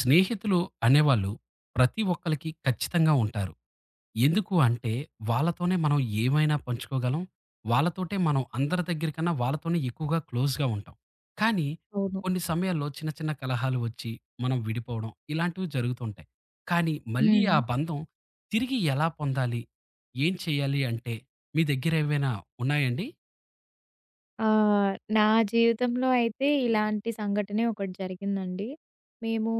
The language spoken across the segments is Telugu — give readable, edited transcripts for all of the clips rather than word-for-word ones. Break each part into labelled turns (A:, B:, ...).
A: స్నేహితులు అనేవాళ్ళు ప్రతి ఒక్కళ్ళకి ఖచ్చితంగా ఉంటారు. ఎందుకు అంటే వాళ్ళతోనే మనం ఏమైనా పంచుకోగలం. వాళ్ళతోటే మనం అందరి దగ్గరికన్నా వాళ్ళతోనే ఎక్కువగా క్లోజ్‌గా ఉంటాం. కానీ
B: అవును.
A: కొన్ని సమయాల్లో చిన్న చిన్న కలహాలు వచ్చి మనం విడిపోవడం ఇలాంటివి జరుగుతుంటాయి. కానీ మళ్ళీ
B: హ్మ్.
A: ఆ బంధం తిరిగి ఎలా పొందాలి? ఏం చేయాలి అంటే మీ దగ్గర ఏవైనా ఉన్నాయండి?
B: నా జీవితంలో అయితే ఇలాంటి సంఘటనే ఒకటి జరిగిందండి. మేము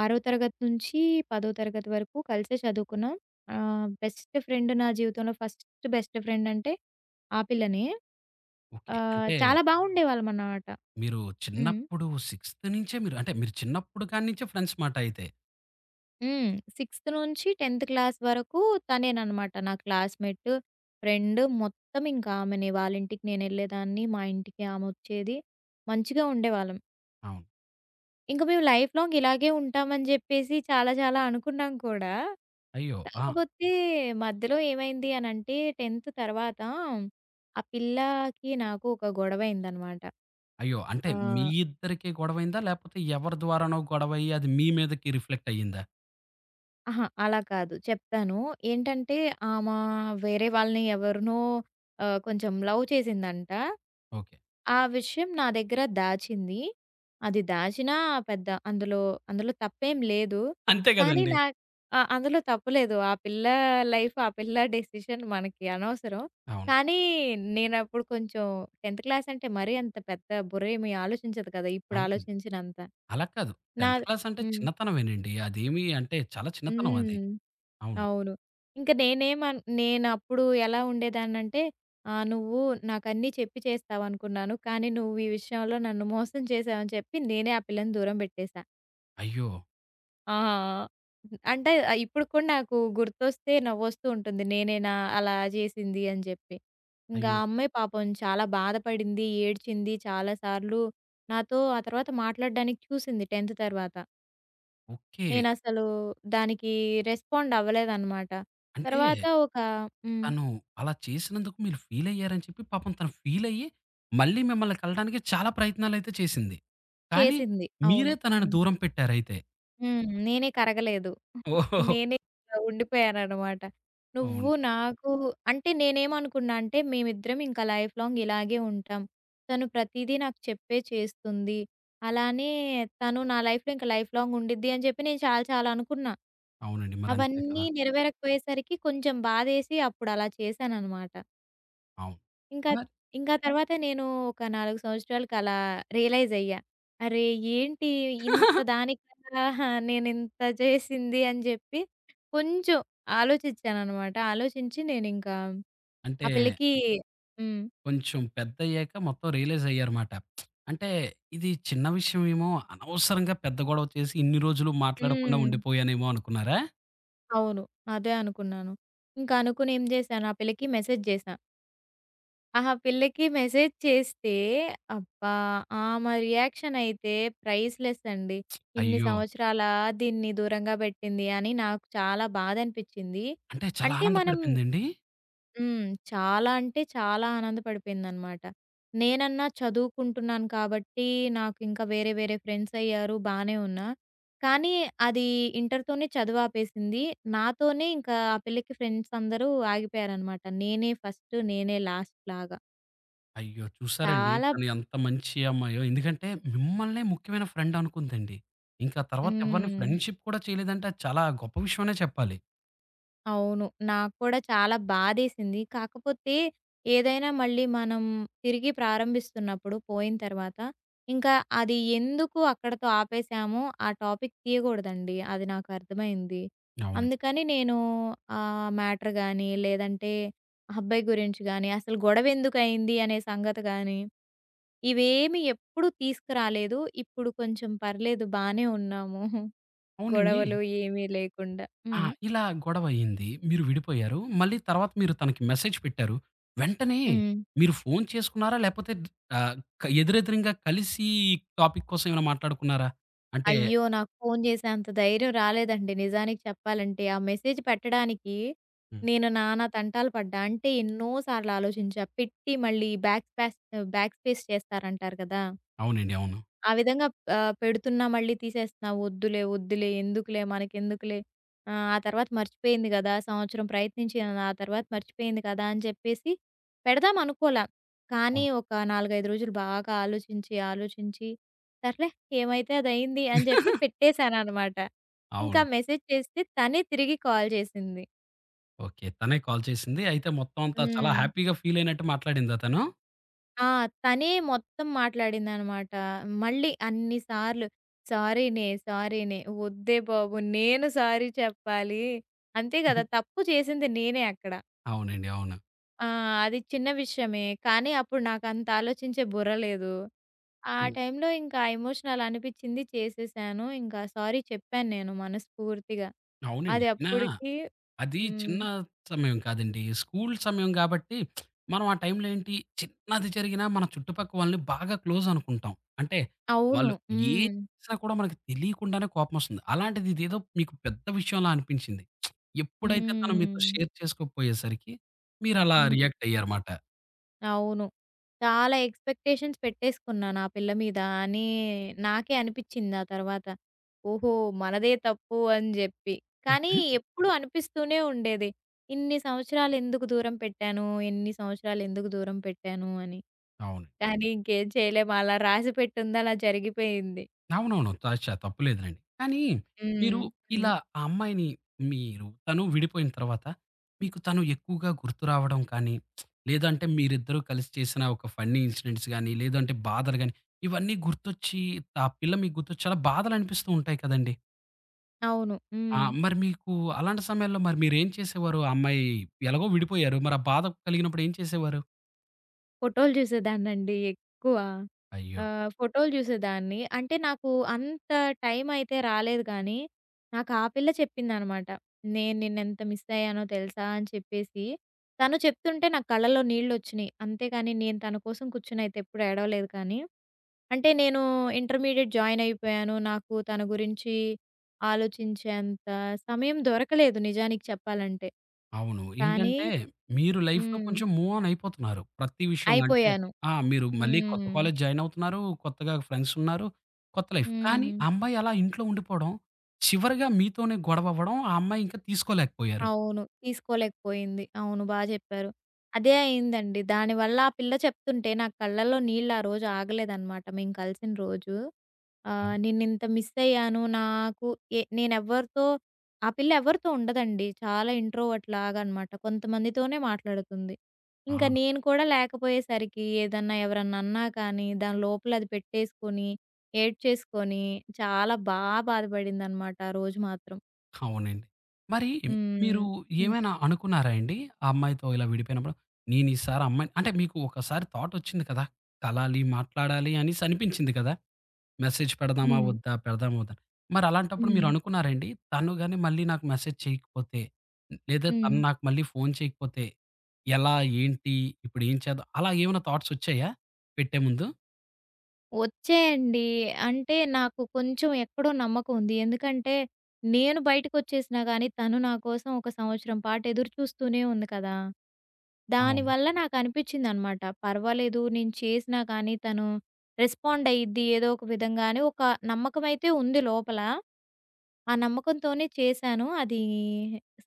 B: 6 తరగతి నుంచి 10 తరగతి వరకు కలిసే చదువుకున్నాం. బెస్ట్ ఫ్రెండ్ నా జీవితంలో ఫస్ట్ బెస్ట్ ఫ్రెండ్ అంటే ఆ పిల్లనే.
A: ఓకే. అంటే
B: చాలా బాగుండేవాళ్ళమన్నమాట.
A: మీరు
B: హ్మ్.
A: చిన్నప్పుడు 6థ్ నుంచే మీరు చిన్నప్పుడు కాడి నుంచే ఫ్రెండ్స్ మాట అయితే.
B: హ్మ్. 6థ్ నుంచి 10థ్ క్లాస్ వరకు తనేనన్నమాట. నా క్లాస్‌మేట్, ఫ్రెండ్ మొత్తం ఇంకా ఆమెనే. వాళ్ళ ఇంటికి నేనెళ్ళేదాన్ని. మా ఇంటికి ఆమొచ్చేది. మంచిగా ఉండేవాళ్ళం.
A: అవును.
B: ఇంక మేము లైఫ్ లాంగ్ ఇలాగే ఉంటామని జెప్పేసి చాలా చాలా అనుకున్నాం కూడా.
A: అయ్యో! ఆ!
B: కాకపోతే మధ్యలో ఏమైంది అనంటే 10థ్ తర్వాత ఆ పిల్లకి నాకు ఒక గొడవయిందనమాట.
A: అయ్యో! అంటే
B: ఆ!
A: మీ ఇద్దరికే గొడవైందా? లేపోతే ఎవరి ద్వారానో గొడవయ్యి అది మీ మీదకి రిఫ్లెక్ట్ అయ్యిందా?
B: అహా! అలా కాదు. చెప్తాను. ఏంటంటే ఆమా వేరే వాళ్ళని ఎవరినో కొంచెం లవ్ చేసిందంట.
A: ఓకే.
B: ఆ విషయం నా దగ్గర దాచింది. అది దాచినా పెద్ద అందులో అందులో తప్పేం లేదు.
A: అంతే
B: కానీ
A: గదండీ!
B: నా ఆ! అందులో తప్పులేదు. ఆ పిల్ల డెసిషన్ మనకి అనవసరం.
A: అవును.
B: కానీ నేనప్పుడు కొంచెం 10థ్ క్లాస్ అంటే మరీ అంత పెద్ద బుర్రేమి ఆలోచించదు కదా! ఇప్పుడు
A: అంతే.
B: ఆలోచించినంత.
A: అలా కాదు.
B: నా
A: 10థ్ క్లాస్ అంటే
B: హ్మ్.
A: చిన్నతనమేనండి. అదేమి అంటే చాలా చిన్నతనం అది.
B: హ్మ్.
A: అవును.
B: అవును. ఇంక నేనప్పుడు ఎలా ఉండేదాన్నంటే, నువ్వు నాకన్నీ చెప్పి చేస్తావనుకున్నాను. కానీ నువ్వు ఈ విషయంలో నన్ను మోసం చేశావని చెప్పి నేనే ఆ పిల్లని దూరం పెట్టేశా.
A: అయ్యో!
B: ఆ! అంటే ఇప్పుడు కూడా నాకు గుర్తొస్తే నవ్వొస్తూ ఉంటుంది. నేనేనా అలా చేసింది అని చెప్పి. ఇంక ఆ
A: అయ్యో!
B: అమ్మాయి పాపం చాలా బాధపడింది, ఏడ్చింది చాలా సార్లు. నాతో ఆ తర్వాత మాట్లాడడానికి చూసింది 10థ్ తర్వాత.
A: ఓకే.
B: నేనసలు దానికి రెస్పాండ్ అవ్వలేదనమాట.
A: అంటే
B: తర్వాత ఒక హ్మ్.
A: తను అలా చేసినందుకు మీరు ఫీల్ అయ్యారని చెప్పి పాపం తను ఫీల్ అయ్యి మళ్ళీ మిమ్మల్ని కలడానికి చాలా ప్రయత్నాలైతే చేసింది. కానీ
B: చేసింది.
A: మీరే
B: అవును.
A: తనని
B: హ్మ్.
A: దూరం పెట్టారయితే.
B: హ్మ్. నేనే కరగలేదు.
A: ఓహ్!
B: నేనే ఇలా ఉండిపోయాననమాట.
A: అవును.
B: నువ్వు నాకు అంటే నేనేమనుకున్నా అంటే మేమిద్దరం ఇంకా లైఫ్ లాంగ్ ఇలాగే ఉంటాం. తను ప్రతీదీ నాకు చెప్పే చేస్తుంది. అలానే తను నా లైఫ్‌లో ఇంకా లైఫ్ లాంగ్ ఉండిద్ది అని చెప్పి నేను చాలా చాలా అనుకున్నా.
A: అవునండి. మరంతే
B: అవన్నీ
A: కదా!
B: నెరవేరకపోయేసరికి కొంచెం బాధేసి అప్పుడు అలా చేశాననమాట.
A: అవును.
B: ఇంకా
A: మరి
B: ఇంకా తర్వాత నేను ఒక 4 సంవత్సరాలకి అలా రియలైజ్ అయ్యా. అరే! ఏంటి ఇంత దానికన్నా నేనింత చేసింది అని చెప్పి కొంచెం ఆలోచించాననమాట. ఆలోచించి నేనింకా
A: అంటే
B: ఆ పిల్లకి హ్మ్.
A: కొంచెం పెద్దయ్యాక మొత్తం రియలైజ్ అయ్యారుమాట. అంటే ఇది చిన్న విషయమేమో అనవసరంగా పెద్ద గొడవ చేసి ఇన్ని రోజులు మాట్లాడకుండా
B: హ్మ్.
A: ఉండిపోయానేమో అనుకున్నారా?
B: అవును. అదే అనుకున్నాను. ఇంకా అనుకుని ఏం చేశాను, ఆ పిల్లకి మెసేజ్ చేశా. ఆహా! పిల్లకి మెసేజ్ చేస్తే అబ్బా! ఆమె రియాక్షన్ అయితే ప్రైస్‌లెస్ అండి. ఇన్ని
A: అయ్యో!
B: సంవత్సరాలా దీన్ని దూరంగా పెట్టింది అని నాకు చాలా బాధనిపించింది.
A: అంటే చాలా
B: అంటే మనం
A: ఆనందపడిపోయిందండి?
B: హ్మ్. చాలా అంటే చాలా ఆనందపడిపోయిందనమాట. నేనన్నా చదువుకుంటున్నాను కాబట్టి నాకు ఇంకా వేరే వేరే ఫ్రెండ్స్ అయ్యారు బానే ఉన్నా. కానీ అది ఇంటర్‌తోనే చదువాపేసింది. నాతోనే ఇంకా ఆ పిల్లకి ఫ్రెండ్స్ అందరూ ఆగిపోయారనమాట. నేనే ఫస్ట్ నేనే లాస్ట్ లాగా.
A: అయ్యో! చూసారండి
B: చాలా
A: తను ఎంత మంచి అమ్మాయో. ఎందుకంటే మిమ్మల్నే ముఖ్యమైన ఫ్రెండ్ అనుకుందండి. ఇంకా తర్వాత ఎవరిని
B: హ్మ్.
A: ఫ్రెండ్‌షిప్ కూడా చేయలేదంటే అది చాలా గొప్ప విషయం అనే చెప్పాలి.
B: అవును. నాకు కూడా చాలా బాధేసింది. కాకపోతే ఏదైనా మళ్ళీ మనం తిరిగి ప్రారంభిస్తున్నప్పుడు పోయిన తర్వాత, ఇంకా అది ఎందుకు అక్కడితో ఆపేసామో ఆ టాపిక్ తీయకూడదండి. అది నాకు అర్థమైంది.
A: అవునండి.
B: అందుకని నేను ఆ మ్యాటర్ గాని, లేదంటే ఆ అబ్బాయి గురించి గాని, అసలు గొడవ ఎందుకయింది అనే సంగతి గాని, ఇవేమి ఎప్పుడూ తీసుకురాలేదు. ఇప్పుడు కొంచెం పర్లేదు బానే ఉన్నాము.
A: అవునండి.
B: గొడవలు ఏమీ లేకుండా.
A: ఆ!
B: హ్మ్.
A: ఇలా గొడవయింది. మీరు విడిపోయారు. మళ్ళీ తర్వాత మీరు తనకి మెసేజ్ పెట్టారు. వెంటనే
B: హ్మ్.
A: మీరు ఫోను చేసుకున్నారా? లేపోతే ఆహ్, క ఎదురెదురుంగా కలిసి టాపిక్ కోసం ఏమైనా మాట్లాడుకున్నారా? అంటే
B: అయ్యో! నాకు ఫోను చేసే అంత ధైర్యం రాలేదండి నిజానికి చెప్పాలంటే. ఆ మెసేజ్ పెట్టడానికి
A: హ్మ్.
B: నేను నానా తంటాలు పడ్డా. అంటే ఎన్నో సార్లు ఆలోచించా. పెట్టి మళ్ళీ బ్యాక్ స్పేస్ చేస్తారంటారు కదా!
A: అవునండి. అవును.
B: ఆ విధంగా పెడుతున్నా మళ్ళీ తీసేస్తున్నా. వద్దులే, వద్దులే, ఎందుకులే, మనకెందుకులే, ఆ తర్వాత మర్చిపోయింది గదా! సంవత్సరం ప్రయత్నించాను. ఆ తర్వాత మర్చిపోయింది కదా! అని చెప్పేసి పెడదాం అనుకోలా. కానీ
A: అవును.
B: ఒక 4, 5 రోజులు బాగా ఆలోచించి, ఆలోచించి సర్లే ఏమైతే అదయింది అని చెప్పి పెట్టేశాననమాట. ఇంకా
A: అవును.
B: మెసేజ్ చేస్తే తనే తిరిగి కాల్ చేసింది.
A: ఓకే. తనే కాల్ చేసింది. అయితే మొత్తం అంతా చాలా
B: హ్మ్.
A: హ్యాపీగా ఫీలయినట్టు మాట్లాడిందా తను?
B: ఆ! తనే మొత్తం మాట్లాడిందనమాట. మళ్ళీ అన్ని సార్లు సారీనే, సారీనే. వద్దే బాబు నేను సారీ చెప్పాలి. అంతే కదా! తప్పు చేసింది నేనే అక్కడ.
A: అవునండి. అవును.
B: ఆ! అది చిన్న విషయమే. కానీ అప్పుడు నాకంత ఆలోచించే బుర్ర లేదు. ఆ
A: హ్మ్.
B: టైంలో ఇంకా ఎమోషనల్ అనిపిచ్చింది చేసేసాను. ఇంకా సారీ చెప్పాను నేను మనస్ఫూర్తిగా.
A: అవునండి.
B: అది
A: అయినా
B: అప్పటికి
A: అది
B: హ్మ్.
A: చిన్న సమయం కాదండి. స్కూల్ సమయం గాబట్టి, మనం ఆ టైంలో ఏంటి, చిన్నది జరిగినా మన చుట్టుపక్క వాళ్ళని బాగా క్లోజ్ అనుకుంటాం. అంటే,
B: అవును.
A: వాళ్ళు ఏం
B: హ్మ్.
A: చేసినా కూడా మనకు తెలియకుండానే కోపమొస్తుంది. అలాంటిది ఇదేదో మీకు పెద్ద విషయంలా అనిపించింది. ఎప్పుడైతే తను మీతో
B: హ్మ్.
A: షేర్ చేసుకోకపోయేసరికి, మీరలా
B: హ్మ్.
A: రియాక్ట్ అయ్యారుమాట.
B: అవును. చాలా ఎక్స్‌పెక్టేషన్స్ పెట్టేసుకున్నా నా పిల్ల మీద అని నాకే అనిపిచ్చింది ఆ తర్వాత. ఓహో! మనదే తప్పు అని జెప్పి. కానీ ఎప్పుడూ అనిపిస్తూనే ఉండేది. ఇన్ని సంవత్సరాలు ఎందుకు దూరం పెట్టాను? ఎన్ని సంవత్సరాలు ఎందుకు దూరం పెట్టాను అని.
A: అవును.
B: కానీ ఇంకేం చేయలేము అలా రాసి పెట్టుంది అలా జరిగిపోయింది.
A: అవునవును. త చ తప్పులేదులెండి. కానీ
B: హ్మ్.
A: మీరు
B: హ్మ్.
A: ఇలా ఆ అమ్మాయిని మీరు తను విడిపోయిన తర్వాత మీకు తను ఎక్కువగా గుర్తు రావడం కానీ, లేదంటే మీరిద్దరూ కలిసి చేసిన ఒక ఫన్నీ ఇన్సిడెంట్స్ గాని, లేదంటే బాధలు గాని, ఇవన్నీ గుర్తొచ్చి ఆ పిల్ల మీకు గుర్తొచ్చి చాలా బాధలనిపిస్తూ ఉంటాయి కదండీ!
B: అవును.
A: ఆ!
B: హ్మ్.
A: మరి మీకు అలాంటి సమయాల్లో మరి మీరేం చేసేవారు? ఆ అమ్మాయి ఎలాగో విడిపోయారు. మరి ఆ బాధ కలిగినప్పుడు ఏం చేసేవారు?
B: ఫోటోలు చూసేదాన్నండి ఎక్కువ.
A: అయ్యో!
B: ఫోటోలు చూసేదాన్ని. అంటే నాకు అంత టైం అయితే రాలేదు గానీ, నాకు ఆ పిల్ల చెప్పిందనమాట. "నేను నిన్నెంత మిస్ అయ్యానో తెలుసా" అని చెప్పేసి. తను చెప్తుంటే నా కళ్ళలో నీళ్ళొచ్చినియి. అంతేగాని నేను తన కోసం కూర్చొనైతే ఎప్పుడు ఏడవలేదు కానీ, అంటే నేను ఇంటర్మీడియేట్ జాయిన్ అయిపోయాను. నాకు తన గురించి ఆలోచించేంత సమయం దొరకలేదు నిజానికి చెప్పాలంటే.
A: అవును.
B: కానీ
A: ఏంటంటే మీరు లైఫ్‌లో
B: హ్మ్.
A: కొంచెం మూవ్ ఆన్ అయిపోతున్నారు. ప్రతి విషయంలో అంటే
B: అయిపోయాను.
A: ఆ! మీరు మళ్ళీ కొత్త
B: హ్మ్.
A: కాలేజ్ జాయిన్ అవుతున్నారు. కొత్తగా ఫ్రెండ్స్ ఉన్నారు. కొత్త లైఫ్. కానీ
B: హ్మ్.
A: ఆ అమ్మాయి అలా ఇంట్లో ఉండిపోవడం, చివరగా మీతోనే గొడవ అవ్వడం ఆ అమ్మాయి ఇంకా తీసుకోలేకపోయారు.
B: అవును. తీసుకోలేకపోయింది. అవును. బా చెప్పారు. అదే అయిందండి. దానివల్ల ఆ పిల్ల చెప్తుంటే నా కళ్ళల్లో నీళ్ళు ఆ రోజు ఆగలేదనమాట. మేము కలిసిన రోజు.
A: అవును.
B: నిన్నింత మిస్ అయ్యాను. నాకు ఎ నేనెవ్వరితో ఆ పిల్ల ఎవరితో ఉండదండి. చాలా ఇంట్రోవర్ట్ లాగా అనమాట. కొంతమందితోనే మాట్లాడుతుంది.
A: ఆ!
B: ఇంకా నేను కూడా లేకపోయేసరికి ఏదన్నా ఎవరన్నా అన్నా కానీ దాని లోపల అది పెట్టేసుకొని, ఏడ్చేసుకొని చాలా బా బాధపడిందనమాట ఆ రోజు మాత్రం.
A: అవునండి. మరి మీరు
B: హ్మ్. హ్మ్.
A: ఏమైనా అనుకున్నారా అండి? ఆ అమ్మాయితో ఇలా విడిపోయినప్పుడు నేను ఈసారి అమ్మాయిని అంటే మీకు ఒకసారి థాట్ వచ్చింది కదా! కలాలి, మాట్లాడాలి అనేసి అనిపించింది కదా! మెసేజ్ పెడదామా?
B: హ్మ్.
A: వద్దా? పెడదామా? వద్దా? మరలాంటప్పుడు
B: హ్మ్.
A: మీరనుకున్నారా అండి? తను గాని మళ్ళీ నాకు మెసేజ్ చేయకపోతే, లేదా తను
B: హ్మ్.
A: నాకు మళ్ళీ ఫోను చేయకపోతే, ఎలా? ఏంటి? ఇప్పుడేం చేద్దాం? అలా ఏమైనా థాట్సొచ్చాయా పెట్టే ముందు?
B: వచ్చాయండి. అంటే నాకు కొంచెం ఎక్కడో నమ్మకం ఉంది. ఎందుకంటే నేను బయటకొచ్చేసినా గానీ తను నా కోసం ఒక సంవత్సరం పాటు ఎదురు చూస్తూనే ఉంది కదా!
A: అవును.
B: దానివల్ల నాకనిపిచ్చిందనమాట. పర్వాలేదు నేను చేసినా కానీ తను రెస్పాండ్ అయ్యిద్ది ఏదో ఒక విధంగా అని నమ్మకమైతే ఉంది లోపల. ఆ నమ్మకంతోనే చేశాను. అది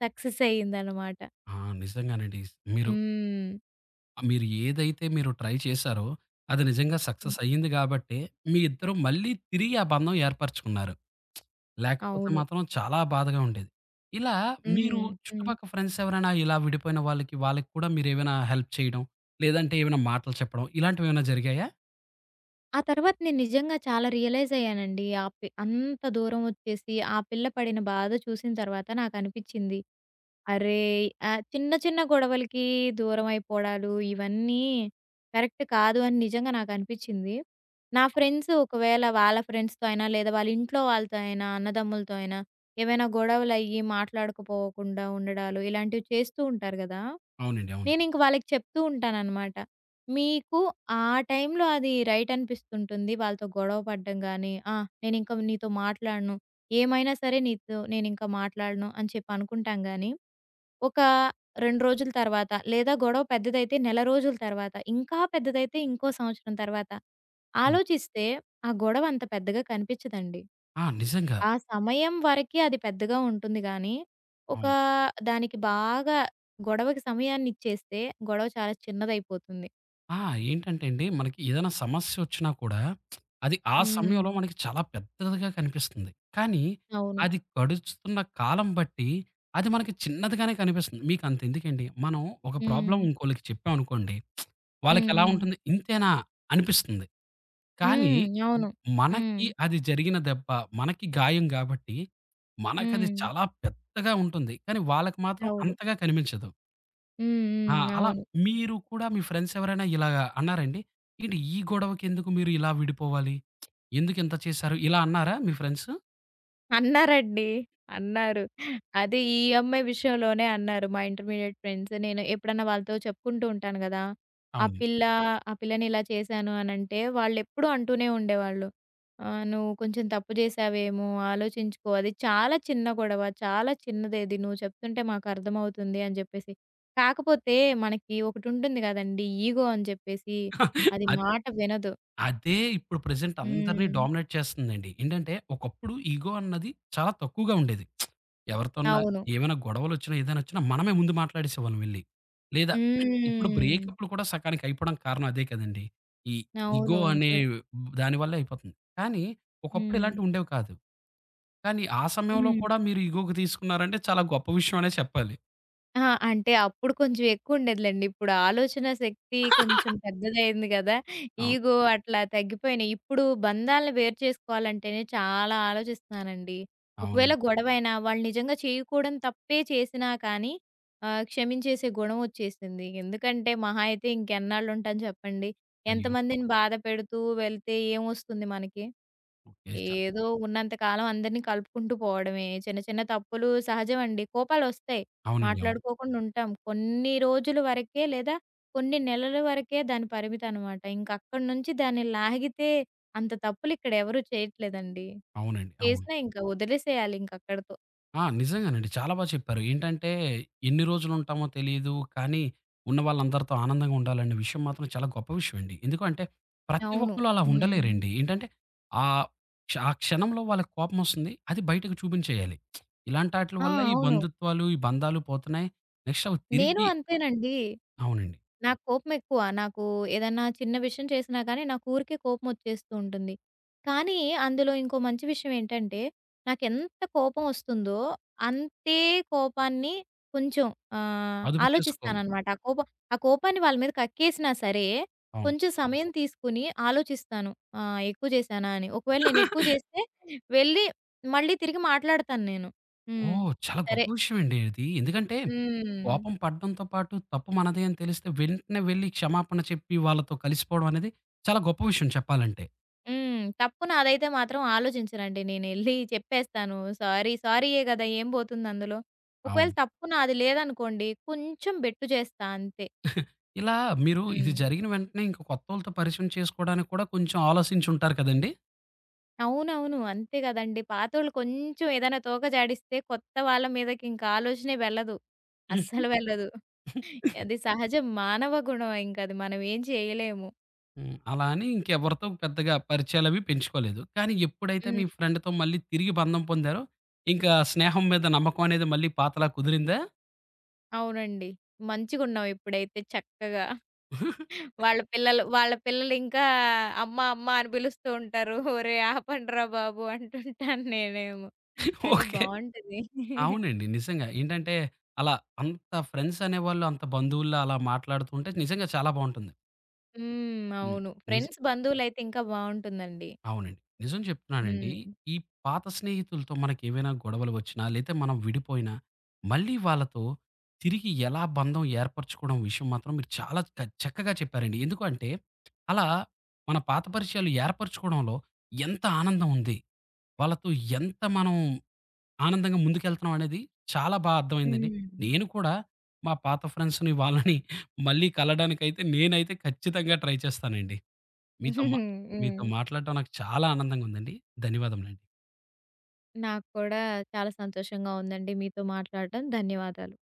B: సక్సెస్ అయిందనమాట.
A: ఆ! నిజంగానండి. మీరు
B: హ్మ్.
A: మీరు ఏదైతే మీరు ట్రై చేశారో, అది నిజంగా
B: హ్మ్.
A: సక్సెస్ అయ్యింది గాబట్టే, మీ ఇద్దరు మళ్ళీ తిరిగి ఆ బంధం ఏర్పరచుకున్నారు. లేకపోతే
B: అవును.
A: మాత్రం చాలా బాధగా ఉండేది. ఇలా మీరు
B: హ్మ్. హ్మ్.
A: చుట్టుపక్క ఫ్రెండ్స్ ఎవరైనా ఇలా విడిపోయిన వాళ్ళకి, వాళ్ళకి కూడా మీరేమైనా హెల్ప్ చేయడం, లేదంటే ఏమైనా మాటలు చెప్పడం ఇలాంటివేమైనా జరిగాయా?
B: ఆ తర్వాత నేను నిజంగా చాలా రియలైజ్ అయ్యానండి. ఆ పి అంత దూరం వచ్చేసి, ఆ పిల్ల పడిన బాధ చూసిన తర్వాత నాకనిపిచ్చింది. అరేయ్! చిన్న చిన్న గొడవలకి దూరమైపోవడాలు ఇవన్నీ కరెక్ట్ కాదు అని నిజంగా నాకనిపిచ్చింది. నా ఫ్రెండ్స్ ఒకవేళ వాళ్ళ ఫ్రెండ్స్‌తో అయినా, లేదా వాళ్ళ ఇంట్లో వాళ్ళతో అయినా, అన్నదమ్ములతో అయినా ఏవైనా గొడవలయ్యి మాట్లాడకపోకుండా ఉండడాలు ఇలాంటివి చేస్తూ ఉంటారు గదా!
A: అవునండి. అవును.
B: నేనింక వాళ్ళకి చెప్తూ ఉంటాననమాట. మీకు ఆ టైంలో అది రైట్ అనిపిస్తుంటుంది వాళ్ళతో గొడవ పడడం గానీ, ఆ! నేనింక నీతో మాట్లాడను. ఏమైనా సరే నీతో నేనింక మాట్లాడను అని చెప్పి అనుకుంటాం గానీ ఒక 2 రోజుల తర్వాత, లేదా గొడవ పెద్దదైతే నెల రోజుల తర్వాత, ఇంకా పెద్దదైతే ఇంకో సంవత్సరం తర్వాత.
A: హ్మ్.
B: ఆలోచిస్తే ఆ గొడవ అంత పెద్దగా కనిపించదండి.
A: ఆ! నిజంగా.
B: ఆ సమయం వరకే అది పెద్దగా ఉంటుంది గానీ, ఒక
A: అవును.
B: దానికి బాగా గొడవకి సమయాన్ని ఇచ్చేస్తే గొడవ చాలా చిన్నదైపోతుంది.
A: ఆ! ఏంటంటే అండి, మనకి ఏదైనా సమస్యొచ్చినా కూడా, అది ఆ సమయంలో
B: హ్మ్.
A: మనకి చాలా పెద్దదిగా కనిపిస్తుంది. కానీ,
B: అవును.
A: అది గడుస్తున్న కాలం బట్టి, అది మనకి చిన్నదిగానే కనిపిస్తుంది. మీకంతెందుకండి, మనం ఒక
B: హ్మ్.
A: ప్రాబ్లమ్ ఇంకోళ్ళకి చెప్పామనుకోండి,
B: హ్మ్.
A: వాళ్ళకెలా
B: హ్మ్.
A: ఉంటుంది, ఇంతేనా అనిపిస్తుంది. కానీ,
B: హ్మ్.
A: మ్
B: అవును. హ్మ్.
A: మనకి అది జరిగిన దెబ్బ, మనకి గాయం గాబట్టి, మనకది
B: హ్మ్.
A: చాలా పెద్దగా ఉంటుంది. కానీ, వాళ్ళకి మాత్రం
B: అవును.
A: అంతగా కనిపించదు.
B: హ్మ్.
A: ఆ!
B: హ్మ్.
A: అలా
B: అవును.
A: మీరు కూడా మీ ఫ్రెండ్స్ ఎవరైనా ఇలాగ అన్నారండి? ఏంటి ఈ గొడవకెందుకు మీరు ఇలా విడిపోవాలి? ఎందుకింత చేశారు? ఇలా అన్నారా మీ ఫ్రెండ్స్?
B: అన్నారండి. అన్నారు. అది ఈ అమ్మాయి విషయంలోనే అన్నారు మా ఇంటర్మీడియేట్ ఫ్రెండ్స్. నేను ఎప్పుడన్నా వాళ్ళతో చెప్పుకుంటూ ఉంటాను గదా! ఆ
A: అవును.
B: పిల్ల ఆ పిల్లని ఇలా చేశాను అనంటే వాళ్ళెప్పుడూ అంటూనే ఉండేవాళ్ళు. "నువ్వు కొంచెం తప్పు చేశావేమో ఆలోచించుకో. అది చాలా చిన్న గొడవ. చాలా చిన్నదేది. నువ్వు చెప్తుంటే మాకర్థమవుతుంది" అని జెప్పేసి. కాకపోతే మనకి ఒకటుంటుంది గదండీ! ఈగో అని చెప్పేసి. అది
A: అద్
B: మాట వినదు.
A: అదే ఇప్పుడు ప్రెజెంట్ అందరిని
B: హ్మ్.
A: డామినేట్ చేస్తుందండి. ఏంటంటే ఒకప్పుడు ఇగో అన్నది చాలా తక్కువగా ఉండేది. ఎవరితోన్నా
B: అవును.
A: ఏమైనా గొడవలొచ్చినా, ఏదైనొచ్చినా మనమే ముందు మాట్లాడేసేవాళ్ళం వెళ్లి. లేదా ఇప్పుడు
B: హ్మ్.
A: బ్రేకప్‌లు కూడా సకానికి అయిపోవడం కారణం అదే కదండీ! ఈ
B: అవును.
A: ఇగో అనే
B: నిజమే.
A: దాని వల్లే అయిపోతుంది. కానీ ఒకప్పుడు
B: హ్మ్.
A: ఇలాంటివి ఉండేవి కాదు. కానీ ఆ సమయంలో
B: హ్మ్.
A: కూడా మీరు ఈగోకి తీసుకున్నారంటే చాలా గొప్ప విషయం అనే చెప్పాలి.
B: అహా! అంటే అప్పుడు కొంచెం ఎక్కువుండేదిలెండి. ఇప్పుడు ఆలోచన శక్తి కొంచెం పెద్దదయింది గదా!
A: అవును.
B: ఈగో అట్లా తగ్గిపోయినాయి. ఇప్పుడు బంధాలను వేరు చేసుకోవాలంటేనే చాలా ఆలోచిస్తున్నానండి. ఒకవేళ
A: అవునండి.
B: గొడవైనా వాళ్ళు నిజంగా చేయకూడని తప్పే చేసినా కానీ క్షమించేసే గుణం వచ్చేసింది. ఎందుకంటే మహా అయితే ఇంకెన్నాళ్ళుంటాను చెప్పండి.
A: అయ్యో!
B: ఎంతమందిని బాధ పెడుతూ వెళ్తే ఏమొస్తుంది మనకి?
A: ఓకే. చ
B: ఏదో ఉన్నంత కాలం అందరిని కలుపుకుంటూ పోవడమే. చిన్న చిన్న తప్పులు సహజమండి. కోపాలొస్తాయి.
A: అవునండి. అవును.
B: మాట్లాడుకోకుండా ఉంటాం. కొన్ని రోజుల వరకే లేదా కొన్ని నెలల వరకే దాని పరిమితనమాట. ఇంక అక్కడి నుంచి దాన్ని లాగితే అంత తప్పులు ఇక్కడ ఎవరు చేయట్లేదండి.
A: అవునండి. అవును.
B: చేసినా ఇంక వదిలేసేయాలి ఇంకక్కడితో.
A: ఆ! నిజంగానండి. చాలా బా చెప్పారు. ఏంటంటే ఎన్ని రోజులుంటామో తెలీదు. కానీ ఉన్న వాళ్ళందరితో ఆనందంగా ఉండాలనే విషయం మాత్రం చాలా గొప్ప విషయం అండి. ఎందుకంటే ప్రతి
B: అవును.
A: ఒక్కళ్ళు అలా
B: హ్మ్.
A: ఉండలేరండి. ఏంటంటే ఆహ్, క్ష ఆ క్షణంలో వాళ్ళకి కోపమొస్తుంది. అది బయటకు చూపించేయాలి. ఇలాంటి ఆటిల
B: ఆ!
A: వల్ల ఈ
B: అవును.
A: బంధుత్వాలు, ఈ బంధాలు పోతున్నాయి. నెక్స్ట్ అవి
B: నేను
A: తిరిగి
B: అంతేనండి.
A: అవునండి.
B: నాకు కోపమెక్కువ. ఏదన్నా చిన్న విషయం చేసినా గానీ, నాకు ఊరికే కోపమొచ్చేస్తూ ఉంటుంది. కానీ, అందులో ఇంకో మంచి విషయం ఏంటంటే, నాకెంత కోపమొస్తుందో, అంతే కోపాన్ని కొంచెం
A: అదుపు చేసుకో
B: ఆలోచిస్తాననమాట. ఆ కోపాన్ని వాళ్ళ మీద కక్కేసినా సరే,
A: అవును.
B: కొంచెం సమయం తీసుకొని ఆలోచిస్తాను. ఆ! ఎక్కువ చేశానా అని. ఒకవేళ నేనెక్కువ చేస్తే, వెళ్ళి మళ్ళీ తిరిగి మాట్లాడతాను నేను. హ్మ్.
A: ఓహ్! చాలా
B: సరే
A: గొప్ప విషయమండి ఇది. ఎందుకంటే, కోపం
B: హ్మ్.
A: పడడంతో పాటు తప్పు మనదే అని తెలిస్తే వెంటనే వెళ్లి క్షమాపణ చెప్పి వాళ్ళతో కలిసిపోవడం అనేది చాలా గొప్ప విషయం చెప్పాలంటే.
B: హ్మ్. తప్పు నాదైతే మాత్రం ఆలోచించనండి. నేనెళ్ళి చెప్పేస్తాను. సారీ, సారీయే గదా! ఏం బోతుందందులో. ఒకవేళ
A: అవును.
B: తప్పు నాది లేదనుకోండి, కొంచెం బెట్టు చేస్తా అంతే.
A: ఇలా మీరు ఇది
B: హ్మ్.
A: జరిగిన వెంటనే ఇంక కొత్తోళ్ళతో పరిచయం చేసుకోవడానికి కూడా కొంచెం ఆలోచించుంటారు కదండీ!
B: అవునవును. అంతే గదండీ. పాతోళ్ళు కొంచెం ఏదైనా తోక జాడిస్తే కొత్త వాళ్ళ మీదకింక ఆలోచనే వెళ్ళదు. అస్సలు వెళ్ళదు. అది సహజం. మానవ గుణం ఇంకది మనం ఏం చేయలేము.
A: హ్మ్. అలా అని ఇంకెవరితో పెద్దగా పరిచయాలవి పెంచుకోలేదు. కానీ ఎప్పుడైతే
B: హ్మ్.
A: మీ ఫ్రెండ్‌తో మళ్ళీ తిరిగి బంధం పొందారో, ఇంకా స్నేహం మీద నమ్మకం అనేది మళ్ళీ పాతలా కుదిరిందా?
B: అవునండి. మంచిగున్నాం ఇప్పుడైతే చక్కగా. వాళ్ళ పిల్లలింకా అమ్మ, అమ్మ అని పిలుస్తూ ఉంటారు. ఒరేయ్! ఆపండ్రా బాబు అంటుంటాను నేనేమో. కానీ
A: ఓకే.
B: బావుంటది.
A: అవునండి. నిజంగా. ఏంటంటే, అలా అంత ఫ్రెండ్స్ అనేవాళ్ళు అంత బంధువుల్లా అలా మాట్లాడుతుంటే నిజంగా చాలా బావుంటుంది.
B: హ్మ్.
A: హ్మ్.
B: అవును.
A: నిజ్
B: ఫ్రెండ్స్, బంధువులైతే ఇంకా బావుంటుందండి.
A: అవునండి. నిజం చెప్తున్నానండి.
B: హ్మ్.
A: ఈ పాత స్నేహితులతో మనకేవైనా గొడవలు వచ్చినా, లేతే మనం విడిపోయినా, మళ్ళీ వాళ్ళతో తిరిగి ఎలా బంధం ఏర్పరచుకోవడం విషయం మాత్రం మీరు చాలా క చక్కగా చెప్పారండి. ఎందుకు అంటే, అలా మన పాత పరిచయాలు ఏర్పరచుకోవడంలో ఎంత ఆనందం ఉంది. వాళ్ళతో ఎంత మనం ఆనందంగా ముందుకెళ్తున్నాం అనేది చాలా బా అర్థమైందండి.
B: హ్మ్.
A: నేను కూడా మా పాత ఫ్రెండ్స్‌ని వాళ్ళని మళ్ళీ కలడానికైతే నేనైతే ఖచ్చితంగా ట్రై చేస్తానండి. మీతో మా మీతో
B: హ్మ్.
A: మాట్లాడడం నాకు చాలా ఆనందంగా ఉందండి. ధన్యవాదములండి.
B: నాకు కూడా చాలా సంతోషంగా ఉందండి మీతో మాట్లాడటం. ధన్యవాదాలు.